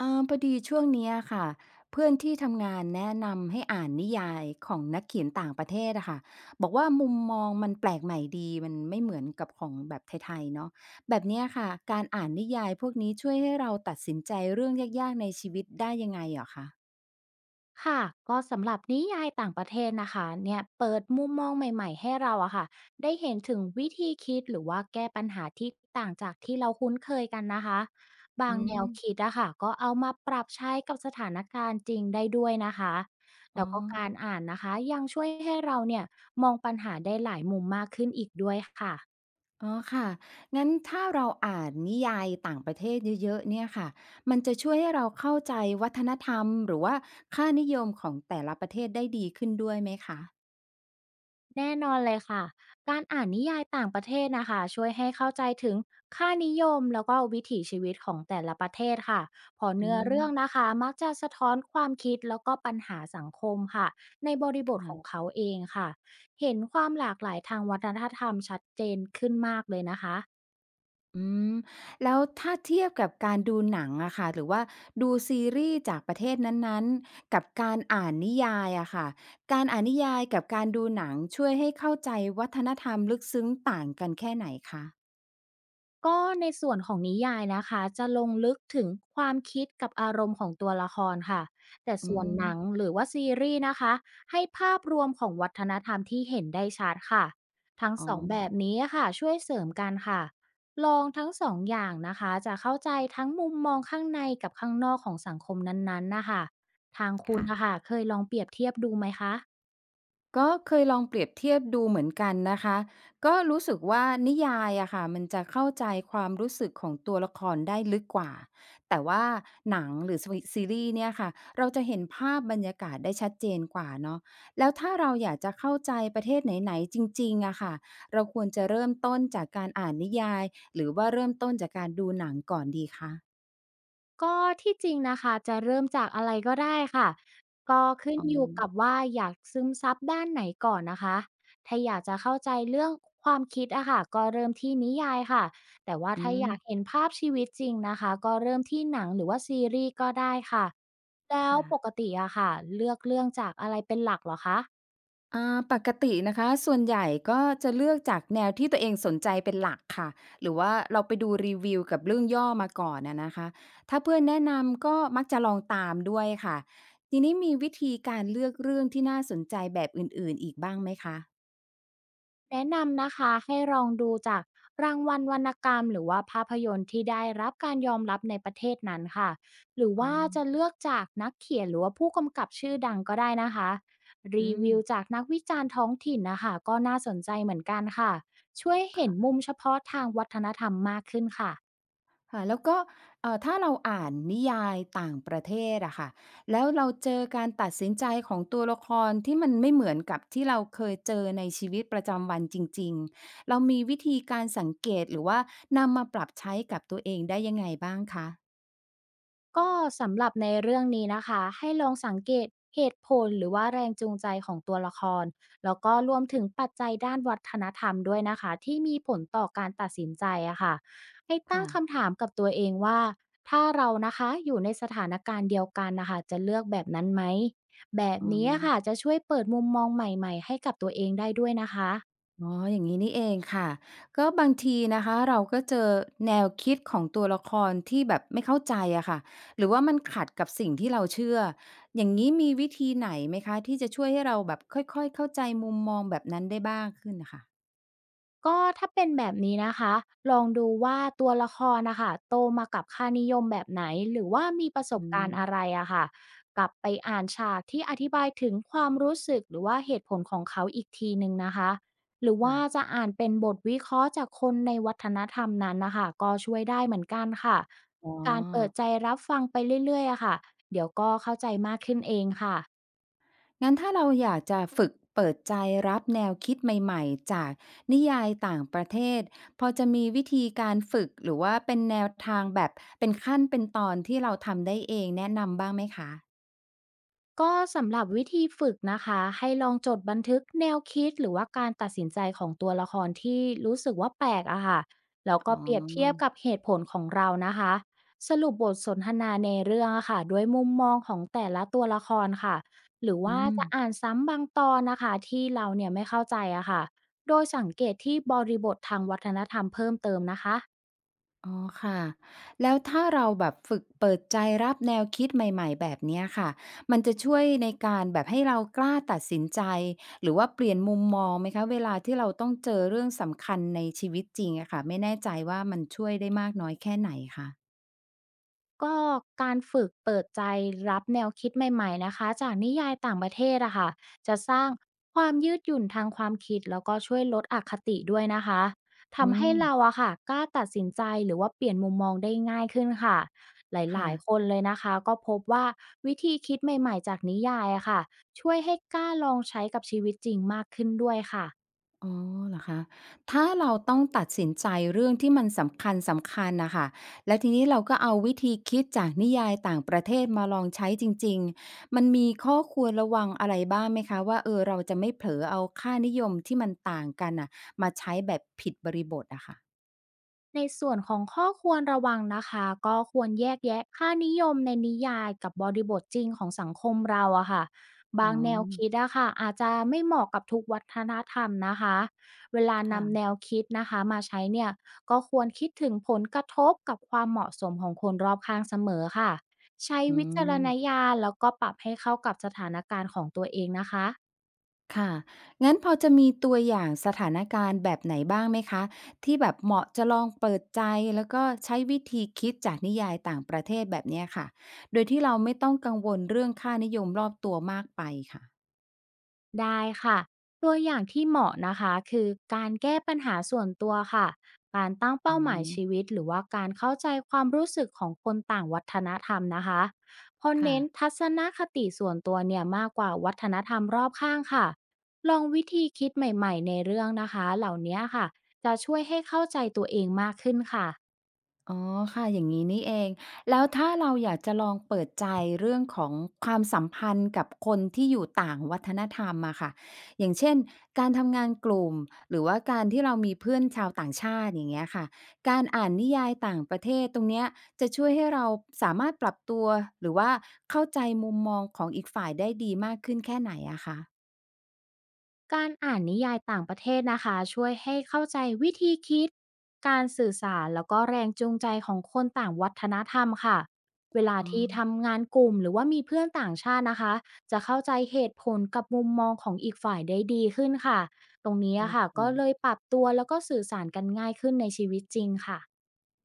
อาพอดีช่วงเนี้ยค่ะเพื่อนที่ทำงานแนะนำให้อ่านนิยายของนักเขียนต่างประเทศอะค่ะบอกว่ามุมมองมันแปลกใหม่ดีมันไม่เหมือนกับของแบบไทยๆเนาะแบบเนี้ยค่ะการอ่านนิยายพวกนี้ช่วยให้เราตัดสินใจเรื่องยากๆในชีวิตได้ยังไงเหรอคะค่ะก็สำหรับนิยายต่างประเทศนะคะเนี่ยเปิดมุมมองใหม่ๆให้เราอะค่ะได้เห็นถึงวิธีคิดหรือว่าแก้ปัญหาที่ต่างจากที่เราคุ้นเคยกันนะคะบางอืแนมวคิดอะค่ะก็เอามาปรับใช้กับสถานการณ์จริงได้ด้วยนะคะอ๋อแล้วก็การอ่านนะคะยังช่วยให้เราเนี่ยมองปัญหาได้หลายมุมมากขึ้นอีกด้วยค่ะ อ๋อค่ะงั้นถ้าเราอ่านนิยายต่างประเทศเยอะๆเนี่ยค่ะมันจะช่วยให้เราเข้าใจวัฒนธรรมหรือว่าค่านิยมของแต่ละประเทศได้ดีขึ้นด้วยไหมคะ แน่นอนเลยค่ะ การอ่านนิยายต่างประเทศนะคะช่วยให้เข้าใจถึงค่านิยมแล้วก็วิถีชีวิตของแต่ละประเทศค่ะ พออืเนื้อมเรื่องนะคะมักจะสะท้อนความคิดแล้วก็ปัญหาสังคมค่ะในบริบทของค่ะเขาเองค่ะ เห็นความหลากหลายทางวัฒนธรรมชัดเจนขึ้นมากเลยนะคะ อืมแล้วถ้าเทียบกับการดูหนังอะค่ะหรือว่าดูซีรีส์จากประเทศนั้นๆกับการอ่านนิยายอะค่ะการอ่านนิยายกับการดูหนังช่วยให้เข้าใจวัฒนธรรมลึกซึ้งต่างกันแค่ไหนคะก็ในส่วนของนิยายนะคะจะลงลึกถึงความคิดกับอารมณ์ของตัวละครค่ะแต่อืส่วนหนังมหรือว่าซีรีส์นะคะให้ภาพรวมของวัฒนธรรมที่เห็นได้ชัดค่ะทั้งอ๋อสองแบบนี้ค่ะช่วยเสริมกันค่ะลองทั้งสองอย่างนะคะจะเข้าใจทั้งมุมมองข้างในกับข้างนอกของสังคมนั้นๆนะคะทางคุณนะค่ะ คะเคยลองเปรียบเทียบดูไหมคะ ก็เคยลองเปรียบเทียบดูเหมือนกันนะคะก็รู้สึกว่านิยายอะค่ะมันจะเข้าใจความรู้สึกของตัวละครได้ลึกกว่าแต่ว่าหนังหรือซีรีส์เนี่ยค่ะเราจะเห็นภาพบรรยากาศได้ชัดเจนกว่าเนาะแล้วถ้าเราอยากจะเข้าใจประเทศไหนๆจริงๆอะค่ะเราควรจะเริ่มต้นจากการอ่านนิยายหรือว่าเริ่มต้นจากการดูหนังก่อนดีคะก็ที่จริงนะคะจะเริ่มจากอะไรก็ได้ค่ะก็ขึ้นอ๋ออยู่กับว่าอยากซึมซับด้านไหนก่อนนะคะถ้าอยากจะเข้าใจเรื่องความคิดอะค่ะก็เริ่มที่นิยายค่ะแต่ว่าอืถ้ามอยากเห็นภาพชีวิตจริงนะคะก็เริ่มที่หนังหรือว่าซีรีส์ก็ได้ค่ะแล้วค่ะ ปกติอะค่ะเลือกเรื่องจากอะไรเป็นหลักเหรอคะ อ่าปกตินะคะส่วนใหญ่ก็จะเลือกจากแนวที่ตัวเองสนใจเป็นหลักค่ะหรือว่าเราไปดูรีวิวกับเรื่องย่อมาก่อนอะนะคะถ้าเพื่อนแนะนำก็มักจะลองตามด้วยค่ะทีนี้มีวิธีการเลือกเรื่องที่น่าสนใจแบบอื่นๆอีกบ้างไหมคะแนะนำนะคะให้ลองดูจากรางวัลวรรณกรรมหรือว่าภาพยนตร์ที่ได้รับการยอมรับในประเทศนั้นค่ะหรืออ๋อว่าจะเลือกจากนักเขียนหรือว่าผู้กำกับชื่อดังก็ได้นะคะอืรีมวิวจากนักวิจารณ์ท้องถิ่นนะคะก็น่าสนใจเหมือนกันค่ะช่วยเห็นค่ะ มุมเฉพาะทางวัฒนธรรมมากขึ้นค่ะ ค่ะแล้วก็ถ้าเราอ่านนิยายต่างประเทศอะค่ะแล้วเราเจอการตัดสินใจของตัวละครที่มันไม่เหมือนกับที่เราเคยเจอในชีวิตประจำวันจริงๆเรามีวิธีการสังเกตหรือว่านำมาปรับใช้กับตัวเองได้ยังไงบ้างคะก็สำหรับในเรื่องนี้นะคะให้ลองสังเกตเหตุผลหรือว่าแรงจูงใจของตัวละครแล้วก็รวมถึงปัจจัยด้านวัฒนธรรมด้วยนะคะที่มีผลต่อการตัดสินใจอะค่ะให้ตั้งค่ะคำถามกับตัวเองว่าถ้าเรานะคะอยู่ในสถานการณ์เดียวกันนะคะจะเลือกแบบนั้นไหมแบบอ๋อ นี้อะค่ะจะช่วยเปิดมุมมองใหม่ๆให้กับตัวเองได้ด้วยนะคะ อ๋ออย่างนี้นี่เองค่ะ ก็บางทีนะคะเราก็เจอแนวคิดของตัวละครที่แบบไม่เข้าใจอะค่ะหรือว่ามันขัดกับสิ่งที่เราเชื่อ อย่างนี้มีวิธีไหนไหมคะที่จะช่วยให้เราแบบค่อยๆเข้าใจมุมมองแบบนั้นได้บ้างขึ้นนะคะ ก็ถ้าเป็นแบบนี้นะคะลองดูว่าตัวละครนะคะโตมากับค่านิยมแบบไหนหรือว่ามีประสบอืการมณ์อะไรอะค่ะกลับไปอ่านฉากที่อธิบายถึงความรู้สึกหรือว่าเหตุผลของเขาอีกทีหนึ่งนะคะหรือค่ะว่าจะอ่านเป็นบทวิเคราะห์จากคนในวัฒนธรรมนั้นนะคะก็ช่วยได้เหมือนกันค่ะอ๋อ การเปิดใจรับฟังไปเรื่อยๆอะค่ะเดี๋ยวก็เข้าใจมากขึ้นเองค่ะ งั้นถ้าเราอยากจะฝึกเปิดใจรับแนวคิดใหม่ๆจากนิยายต่างประเทศพอจะมีวิธีการฝึกหรือว่าเป็นแนวทางแบบเป็นขั้นเป็นตอนที่เราทำได้เองแนะนำบ้างไหมคะก็สำหรับวิธีฝึกนะคะให้ลองจดบันทึกแนวคิดหรือว่าการตัดสินใจของตัวละครที่รู้สึกว่าแปลกอะค่ะแล้วก็อ๋อเปรียบเทียบกับเหตุผลของเรานะคะสรุปบทสนทนาในเรื่องอะค่ะด้วยมุมมองของแต่ละตัวละครค่ะหรืออืว่าม จะอ่านซ้ำบางตอนนะคะที่เราเนี่ยไม่เข้าใจอะค่ะโดยสังเกตที่บริบททางวัฒนธรรมเพิ่มเติมนะคะ อ๋อค่ะแล้วถ้าเราแบบฝึกเปิดใจรับแนวคิดใหม่ๆแบบเนี้ยค่ะมันจะช่วยในการแบบให้เรากล้าตัดสินใจหรือว่าเปลี่ยนมุมมองไหมคะเวลาที่เราต้องเจอเรื่องสำคัญในชีวิตจริงอะค่ะไม่แน่ใจว่ามันช่วยได้มากน้อยแค่ไหนคะก็การฝึกเปิดใจรับแนวคิดใหม่ๆนะคะจากนิยายต่างประเทศอะค่ะจะสร้างความยืดหยุ่นทางความคิดแล้วก็ช่วยลดอคติด้วยนะคะอืทำมให้เราอะค่ะกล้าตัดสินใจหรือว่าเปลี่ยนมุมมองได้ง่ายขึ้นค่ะหค่ะ ลายๆคนเลยนะคะก็พบว่าวิธีคิดใหม่ๆจากนิยายอะค่ะช่วยให้กล้าลองใช้กับชีวิตจริงมากขึ้นด้วยค่ะ อ๋อเหรอคะถ้าเราต้องตัดสินใจเรื่องที่มันสำคัญสำคัญนะคะ แล้วทีนี้เราก็เอาวิธีคิดจากนิยายต่างประเทศมาลองใช้จริงๆมันมีข้อควรระวังอะไรบ้างไหมคะว่าเออเราจะไม่เผลอเอาค่านิยมที่มันต่างกันอ่ะมาใช้แบบผิดบริบทอะค่ะในส่วนของข้อควรระวังนะคะก็ควรแยกแยะค่านิยมในนิยายกับบริบทจริงของสังคมเราอะค่ะอ๋บาองแนวคิดอะค่ะอาจจะไม่เหมาะกับทุกวัฒนธรรมนะคะเวลานำแนค่ะวคิดนะคะมาใช้เนี่ยก็ควรคิดถึงผลกระทบกับความเหมาะสมของคนรอบข้างเสมอค่ะใช้อืวิจารณม ญาณแล้วก็ปรับให้เข้ากับสถานการณ์ของตัวเองนะคะ ค่ะ งั้นพอจะมีตัวอย่างสถานการณ์แบบไหนบ้างไหมคะที่แบบเหมาะจะลองเปิดใจแล้วก็ใช้วิธีคิดจากนิยายต่างประเทศแบบเนี้ยค่ะ โดยที่เราไม่ต้องกังวลเรื่องค่านิยมรอบตัวมากไปค่ะได้ค่ะตัวอย่างที่เหมาะนะคะคือการแก้ปัญหาส่วนตัวค่ะการตั้งอืเป้าหมามยชีวิตหรือว่าการเข้าใจความรู้สึกของคนต่างวัฒนธรรมนะคะเพอค่ะ เน้นทัศนคติส่วนตัวเนี่ยมากกว่าวัฒนธรรมรอบข้างค่ะลองวิธีคิดใหม่ๆในเรื่องนะคะเหล่านี้ค่ะจะช่วยให้เข้าใจตัวเองมากขึ้นค่ะ อ๋อค่ะอย่างนี้นี่เองแล้วถ้าเราอยากจะลองเปิดใจเรื่องของความสัมพันธ์กับคนที่อยู่ต่างวัฒนธรรมอะค่ะอย่างเช่นการทำงานกลุ่มหรือว่าการที่เรามีเพื่อนชาวต่างชาติอย่างเงี้ยค่ะการอ่านนิยายต่างประเทศตรงเนี้ยจะช่วยให้เราสามารถปรับตัวหรือว่าเข้าใจมุมมองของอีกฝ่ายได้ดีมากขึ้นแค่ไหนอะคะการอ่านนิยายต่างประเทศนะคะช่วยให้เข้าใจวิธีคิดการสื่อสารแล้วก็แรงจูงใจของคนต่างวัฒนธรรมค่ะเวลาอ๋อที่ทำงานกลุ่มหรือว่ามีเพื่อนต่างชาตินะคะจะเข้าใจเหตุผลกับมุมมองของอีกฝ่ายได้ดีขึ้นค่ะตรงนี้โออะค่ะเค ก็เลยปรับตัวแล้วก็สื่อสารกันง่ายขึ้นในชีวิตจริงค่ะ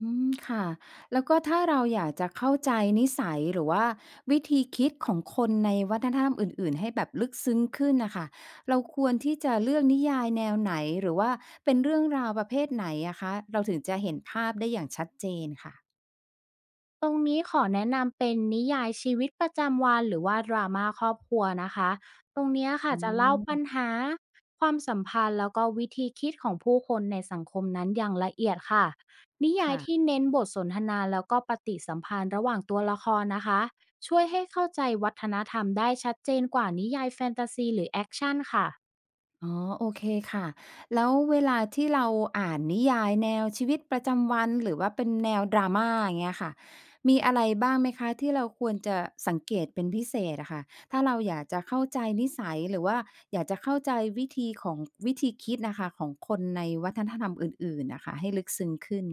อืมค่ะแล้วก็ถ้าเราอยากจะเข้าใจนิสัยหรือว่าวิธีคิดของคนในวัฒนธรรมอื่นๆให้แบบลึกซึ้งขึ้นนะคะเราควรที่จะเลือกนิยายแนวไหนหรือว่าเป็นเรื่องราวประเภทไหนอะคะเราถึงจะเห็นภาพได้อย่างชัดเจนค่ะตรงนี้ขอแนะนำเป็นนิยายชีวิตประจำวันหรือว่าดราม่าครอบครัวนะคะตรงเนี้ยค่ะอืจะเล่าปัญมหาความสัมพันธ์แล้วก็วิธีคิดของผู้คนในสังคมนั้นอย่างละเอียดค่ะนิยายค่ะ ที่เน้นบทสนทนาแล้วก็ปฏิสัมพันธ์ระหว่างตัวละครนะคะช่วยให้เข้าใจวัฒนธรรมได้ชัดเจนกว่านิยายแฟนตาซีหรือแอคชั่นค่ะ อ๋อโอเคค่ะแล้วเวลาที่เราอ่านนิยายแนวชีวิตประจำวันหรือว่าเป็นแนวดราม่าอย่างเงี้ยค่ะมีอะไรบ้างไหมคะที่เราควรจะสังเกตเป็นพิเศษอะค่ะถ้าเราอยากจะเข้าใจนิสัยหรือว่าอยากจะเข้าใจวิธีของวิธีคิดนะคะของคนในวัฒนธรรมอื่นๆนะคะให้ลึกซึ้งขึ้น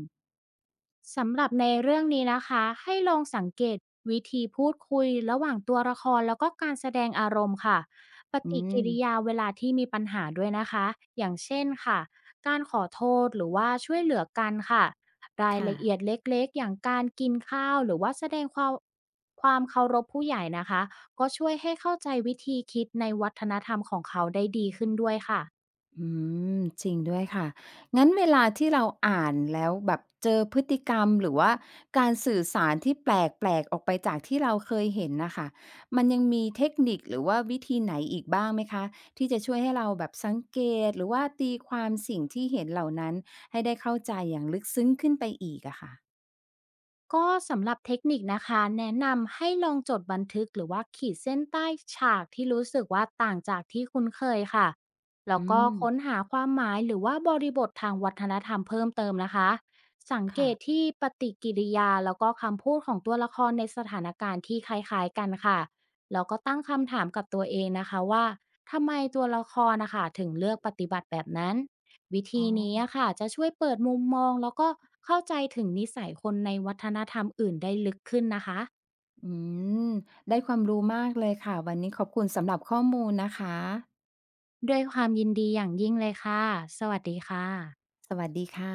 สำหรับในเรื่องนี้นะคะให้ลองสังเกตวิธีพูดคุยระหว่างตัวละครแล้วก็การแสดงอารมณ์ค่ะปอืฏิกิมริยาเวลาที่มีปัญหาด้วยนะคะอย่างเช่นค่ะการขอโทษหรือว่าช่วยเหลือกันค่ะรายค่ะ ละเอียดเล็กๆอย่างการกินข้าวหรือว่าแสดงความเคารพผู้ใหญ่นะคะก็ช่วยให้เข้าใจวิธีคิดในวัฒนธรรมของเขาได้ดีขึ้นด้วยค่ะ อืมจริงด้วยค่ะงั้นเวลาที่เราอ่านแล้วแบบเจอพฤติกรรมหรือว่าการสื่อสารที่แปลกๆออกไปจากที่เราเคยเห็นน่ะค่ะมันยังมีเทคนิคหรือว่าวิธีไหนอีกบ้างไหมคะที่จะช่วยให้เราแบบสังเกตหรือว่าตีความสิ่งที่เห็นเหล่านั้นให้ได้เข้าใจอย่างลึกซึ้งขึ้นไปอีกอะค่ะก็สำหรับเทคนิคนะคะแนะนำให้ลองจดบันทึกหรือว่าขีดเส้นใต้ฉากที่รู้สึกว่าต่างจากที่คุ้นเคยค่ะแล้วอืก็มค้นหาความหมายหรือว่าบริบททางวัฒนธรรมเพิ่มเติมนะคะสังเกตค่ะที่ปฏิกิริยาแล้วก็คำพูดของตัวละครในสถานการณ์ที่คล้ายๆกันค่ะแล้วก็ตั้งคำถามกับตัวเองนะคะว่าทำไมตัวละครนะคะถึงเลือกปฏิบัติแบบนั้น วิอ๋อธีนี้อะค่ะจะช่วยเปิดมุมมองแล้วก็เข้าใจถึงนิสัยคนในวัฒนธรรมอื่นได้ลึกขึ้นนะคะอืมได้ความรู้มากเลยค่ะวันนี้ขอบคุณสำหรับข้อมูลนะคะด้วยความยินดีอย่างยิ่งเลยค่ะสวัสดีค่ะสวัสดีค่ะ